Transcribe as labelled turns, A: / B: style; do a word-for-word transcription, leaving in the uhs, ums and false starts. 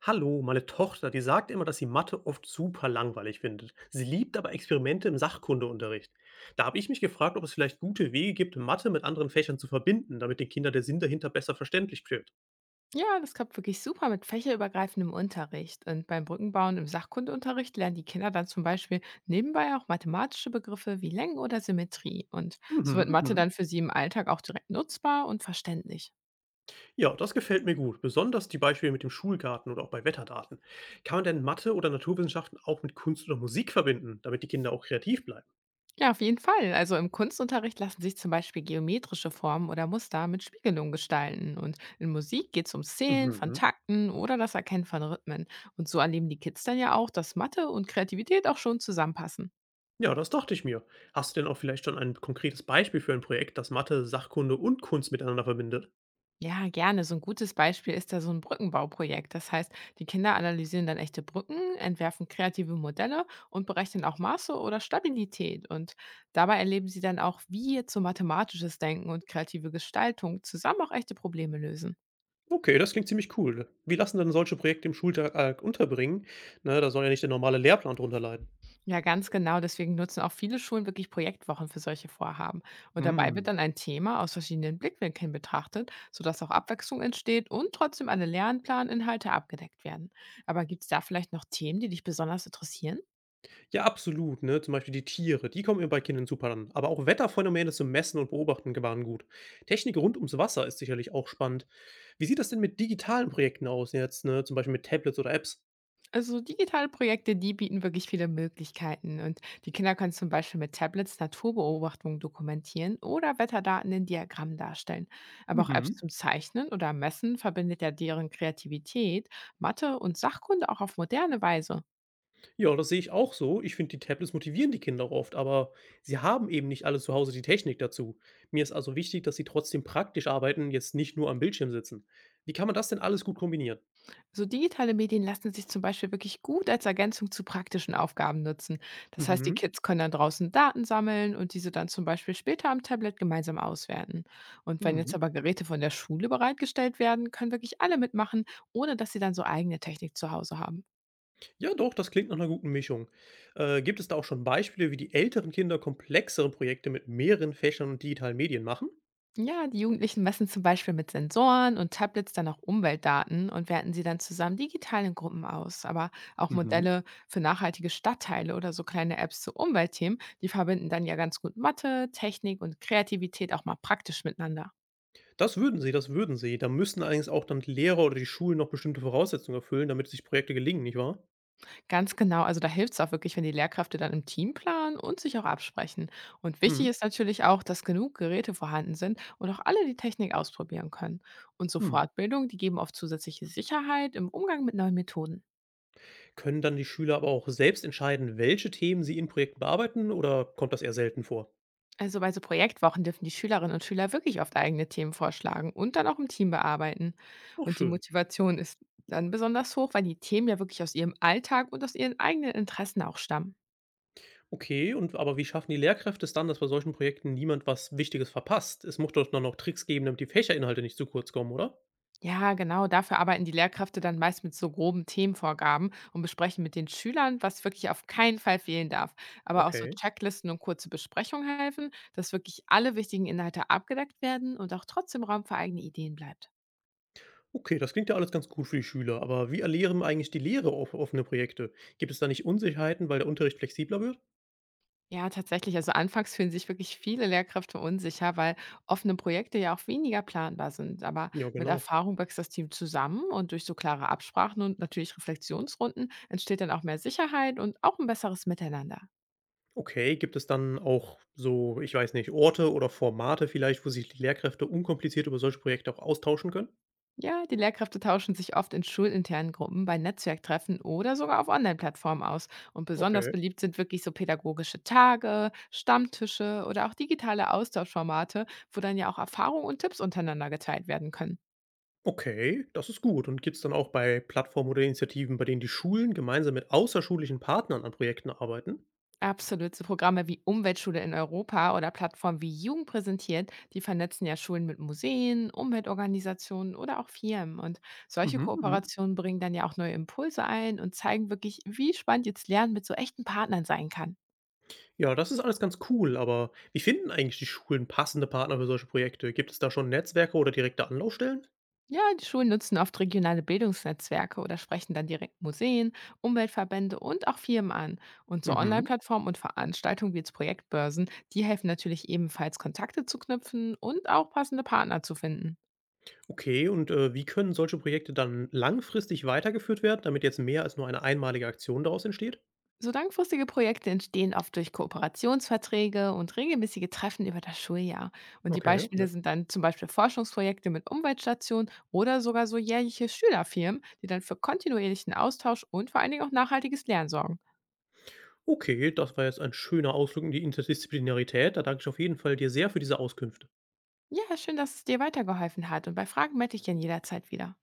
A: Hallo, meine Tochter, die sagt immer, dass sie Mathe oft super langweilig findet. Sie liebt aber Experimente im Sachkundeunterricht. Da habe ich mich gefragt, ob es vielleicht gute Wege gibt, Mathe mit anderen Fächern zu verbinden, damit den Kindern der Sinn dahinter besser verständlich wird.
B: Ja, das klappt wirklich super mit fächerübergreifendem Unterricht. Und beim Brückenbauen im Sachkundeunterricht lernen die Kinder dann zum Beispiel nebenbei auch mathematische Begriffe wie Längen oder Symmetrie. Und so wird
A: Mhm,
B: Mathe
A: mhm.
B: dann für sie im Alltag auch direkt nutzbar und verständlich.
A: Ja, das gefällt mir gut, besonders die Beispiele mit dem Schulgarten oder auch bei Wetterdaten. Kann man denn Mathe oder Naturwissenschaften auch mit Kunst oder Musik verbinden, damit die Kinder auch kreativ bleiben?
B: Ja, auf jeden Fall. Also im Kunstunterricht lassen sich zum Beispiel geometrische Formen oder Muster mit Spiegelungen gestalten. Und in Musik geht es ums
A: Mhm,
B: Zählen von
A: mhm.
B: Takten oder das Erkennen von Rhythmen. Und so erleben die Kids dann ja auch, dass Mathe und Kreativität auch schon zusammenpassen.
A: Ja, das dachte ich mir. Hast du denn auch vielleicht schon ein konkretes Beispiel für ein Projekt, das Mathe, Sachkunde und Kunst miteinander verbindet?
B: Ja, gerne. So ein gutes Beispiel ist da so ein Brückenbauprojekt. Das heißt, die Kinder analysieren dann echte Brücken, entwerfen kreative Modelle und berechnen auch Maße oder Stabilität. Und dabei erleben sie dann auch, wie jetzt so mathematisches Denken und kreative Gestaltung zusammen auch echte Probleme lösen.
A: Okay, das klingt ziemlich cool. Wie lassen denn solche Projekte im Schultag unterbringen? Ne, da soll ja nicht der normale Lehrplan drunter leiden.
B: Ja, ganz genau. Deswegen nutzen auch viele Schulen wirklich Projektwochen für solche Vorhaben. Und dabei wird
A: Hm.
B: dann ein Thema aus verschiedenen Blickwinkeln betrachtet, sodass auch Abwechslung entsteht und trotzdem alle Lernplaninhalte abgedeckt werden. Aber gibt es da vielleicht noch Themen, die dich besonders interessieren?
A: Ja, absolut, ne? Zum Beispiel die Tiere, die kommen immer bei Kindern super an. Aber auch Wetterphänomene zum Messen und Beobachten waren gut. Technik rund ums Wasser ist sicherlich auch spannend. Wie sieht das denn mit digitalen Projekten aus jetzt, ne? Zum Beispiel mit Tablets oder Apps?
B: Also digitale Projekte, die bieten wirklich viele Möglichkeiten. Und die Kinder können zum Beispiel mit Tablets Naturbeobachtungen dokumentieren oder Wetterdaten in Diagrammen darstellen. Aber auch Apps
A: Mhm.
B: zum Zeichnen oder Messen verbindet ja deren Kreativität, Mathe und Sachkunde auch auf moderne Weise.
A: Ja, das sehe ich auch so. Ich finde, die Tablets motivieren die Kinder oft, aber sie haben eben nicht alle zu Hause die Technik dazu. Mir ist also wichtig, dass sie trotzdem praktisch arbeiten, jetzt nicht nur am Bildschirm sitzen. Wie kann man das denn alles gut kombinieren?
B: So digitale Medien lassen sich zum Beispiel wirklich gut als Ergänzung zu praktischen Aufgaben nutzen. Das heißt, die
A: Mhm.
B: Kids können dann draußen Daten sammeln und diese dann zum Beispiel später am Tablet gemeinsam auswerten. Und wenn jetzt
A: Mhm.
B: aber Geräte von der Schule bereitgestellt werden, können wirklich alle mitmachen, ohne dass sie dann so eigene Technik zu Hause haben.
A: Ja, doch, das klingt nach einer guten Mischung. Äh, gibt es da auch schon Beispiele, wie die älteren Kinder komplexere Projekte mit mehreren Fächern und digitalen Medien machen?
B: Ja, die Jugendlichen messen zum Beispiel mit Sensoren und Tablets dann auch Umweltdaten und werten sie dann zusammen digital in Gruppen aus. Aber auch
A: Mhm.
B: Modelle für nachhaltige Stadtteile oder so kleine Apps zu Umweltthemen, die verbinden dann ja ganz gut Mathe, Technik und Kreativität auch mal praktisch miteinander.
A: Das würden sie, das würden sie. Da müssten allerdings auch dann die Lehrer oder die Schulen noch bestimmte Voraussetzungen erfüllen, damit sich Projekte gelingen, nicht wahr?
B: Ganz genau, also da hilft es auch wirklich, wenn die Lehrkräfte dann im Team planen und sich auch absprechen. Und wichtig
A: Mhm.
B: ist natürlich auch, dass genug Geräte vorhanden sind und auch alle die Technik ausprobieren können. Und so
A: Mhm.
B: Fortbildung, die geben oft zusätzliche Sicherheit im Umgang mit neuen Methoden.
A: Können dann die Schüler aber auch selbst entscheiden, welche Themen sie in Projekten bearbeiten, oder kommt das eher selten vor?
B: Also bei so Projektwochen dürfen die Schülerinnen und Schüler wirklich oft eigene Themen vorschlagen und dann auch im Team bearbeiten.
A: Ach
B: Und die
A: schön.
B: Motivation ist dann besonders hoch, weil die Themen ja wirklich aus ihrem Alltag und aus ihren eigenen Interessen auch stammen.
A: Okay, und aber wie schaffen die Lehrkräfte es dann, dass bei solchen Projekten niemand was Wichtiges verpasst? Es muss doch dann noch Tricks geben, damit die Fächerinhalte nicht zu kurz kommen, oder?
B: Ja, genau, dafür arbeiten die Lehrkräfte dann meist mit so groben Themenvorgaben und besprechen mit den Schülern, was wirklich auf keinen Fall fehlen darf. Aber auch so
A: Okay.
B: Checklisten und kurze Besprechungen helfen, dass wirklich alle wichtigen Inhalte abgedeckt werden und auch trotzdem Raum für eigene Ideen bleibt.
A: Okay, das klingt ja alles ganz gut für die Schüler, aber wie erlehren eigentlich die Lehre off- offene Projekte? Gibt es da nicht Unsicherheiten, weil der Unterricht flexibler wird?
B: Ja, tatsächlich. Also anfangs fühlen sich wirklich viele Lehrkräfte unsicher, weil offene Projekte ja auch weniger planbar sind. Aber
A: Ja,
B: mit
A: genau.
B: Erfahrung wächst das Team zusammen und durch so klare Absprachen und natürlich Reflexionsrunden entsteht dann auch mehr Sicherheit und auch ein besseres Miteinander.
A: Okay, gibt es dann auch so, ich weiß nicht, Orte oder Formate vielleicht, wo sich die Lehrkräfte unkompliziert über solche Projekte auch austauschen können?
B: Ja, die Lehrkräfte tauschen sich oft in schulinternen Gruppen, bei Netzwerktreffen oder sogar auf Online-Plattformen aus. Und besonders
A: Okay.
B: beliebt sind wirklich so pädagogische Tage, Stammtische oder auch digitale Austauschformate, wo dann ja auch Erfahrungen und Tipps untereinander geteilt werden können.
A: Okay, das ist gut. Und gibt es dann auch bei Plattformen oder Initiativen, bei denen die Schulen gemeinsam mit außerschulischen Partnern an Projekten arbeiten?
B: Absolut. So Programme wie Umweltschule in Europa oder Plattformen wie Jugend präsentiert, die vernetzen ja Schulen mit Museen, Umweltorganisationen oder auch Firmen. Und solche
A: Mhm, mhm.
B: Kooperationen bringen dann ja auch neue Impulse ein und zeigen wirklich, wie spannend jetzt Lernen mit so echten Partnern sein kann.
A: Ja, das ist alles ganz cool, aber wie finden eigentlich die Schulen passende Partner für solche Projekte? Gibt es da schon Netzwerke oder direkte Anlaufstellen?
B: Ja, die Schulen nutzen oft regionale Bildungsnetzwerke oder sprechen dann direkt Museen, Umweltverbände und auch Firmen an. Und so
A: Mhm.
B: Online-Plattformen und Veranstaltungen wie jetzt Projektbörsen, die helfen natürlich ebenfalls, Kontakte zu knüpfen und auch passende Partner zu finden.
A: Okay, und äh, wie können solche Projekte dann langfristig weitergeführt werden, damit jetzt mehr als nur eine einmalige Aktion daraus entsteht?
B: So langfristige Projekte entstehen oft durch Kooperationsverträge und regelmäßige Treffen über das Schuljahr. Und die
A: Okay, okay.
B: Beispiele sind dann zum Beispiel Forschungsprojekte mit Umweltstationen oder sogar so jährliche Schülerfirmen, die dann für kontinuierlichen Austausch und vor allen Dingen auch nachhaltiges Lernen sorgen.
A: Okay, das war jetzt ein schöner Ausflug in die Interdisziplinarität. Da danke ich auf jeden Fall dir sehr für diese Auskünfte.
B: Ja, schön, dass es dir weitergeholfen hat und bei Fragen melde ich gern jederzeit wieder.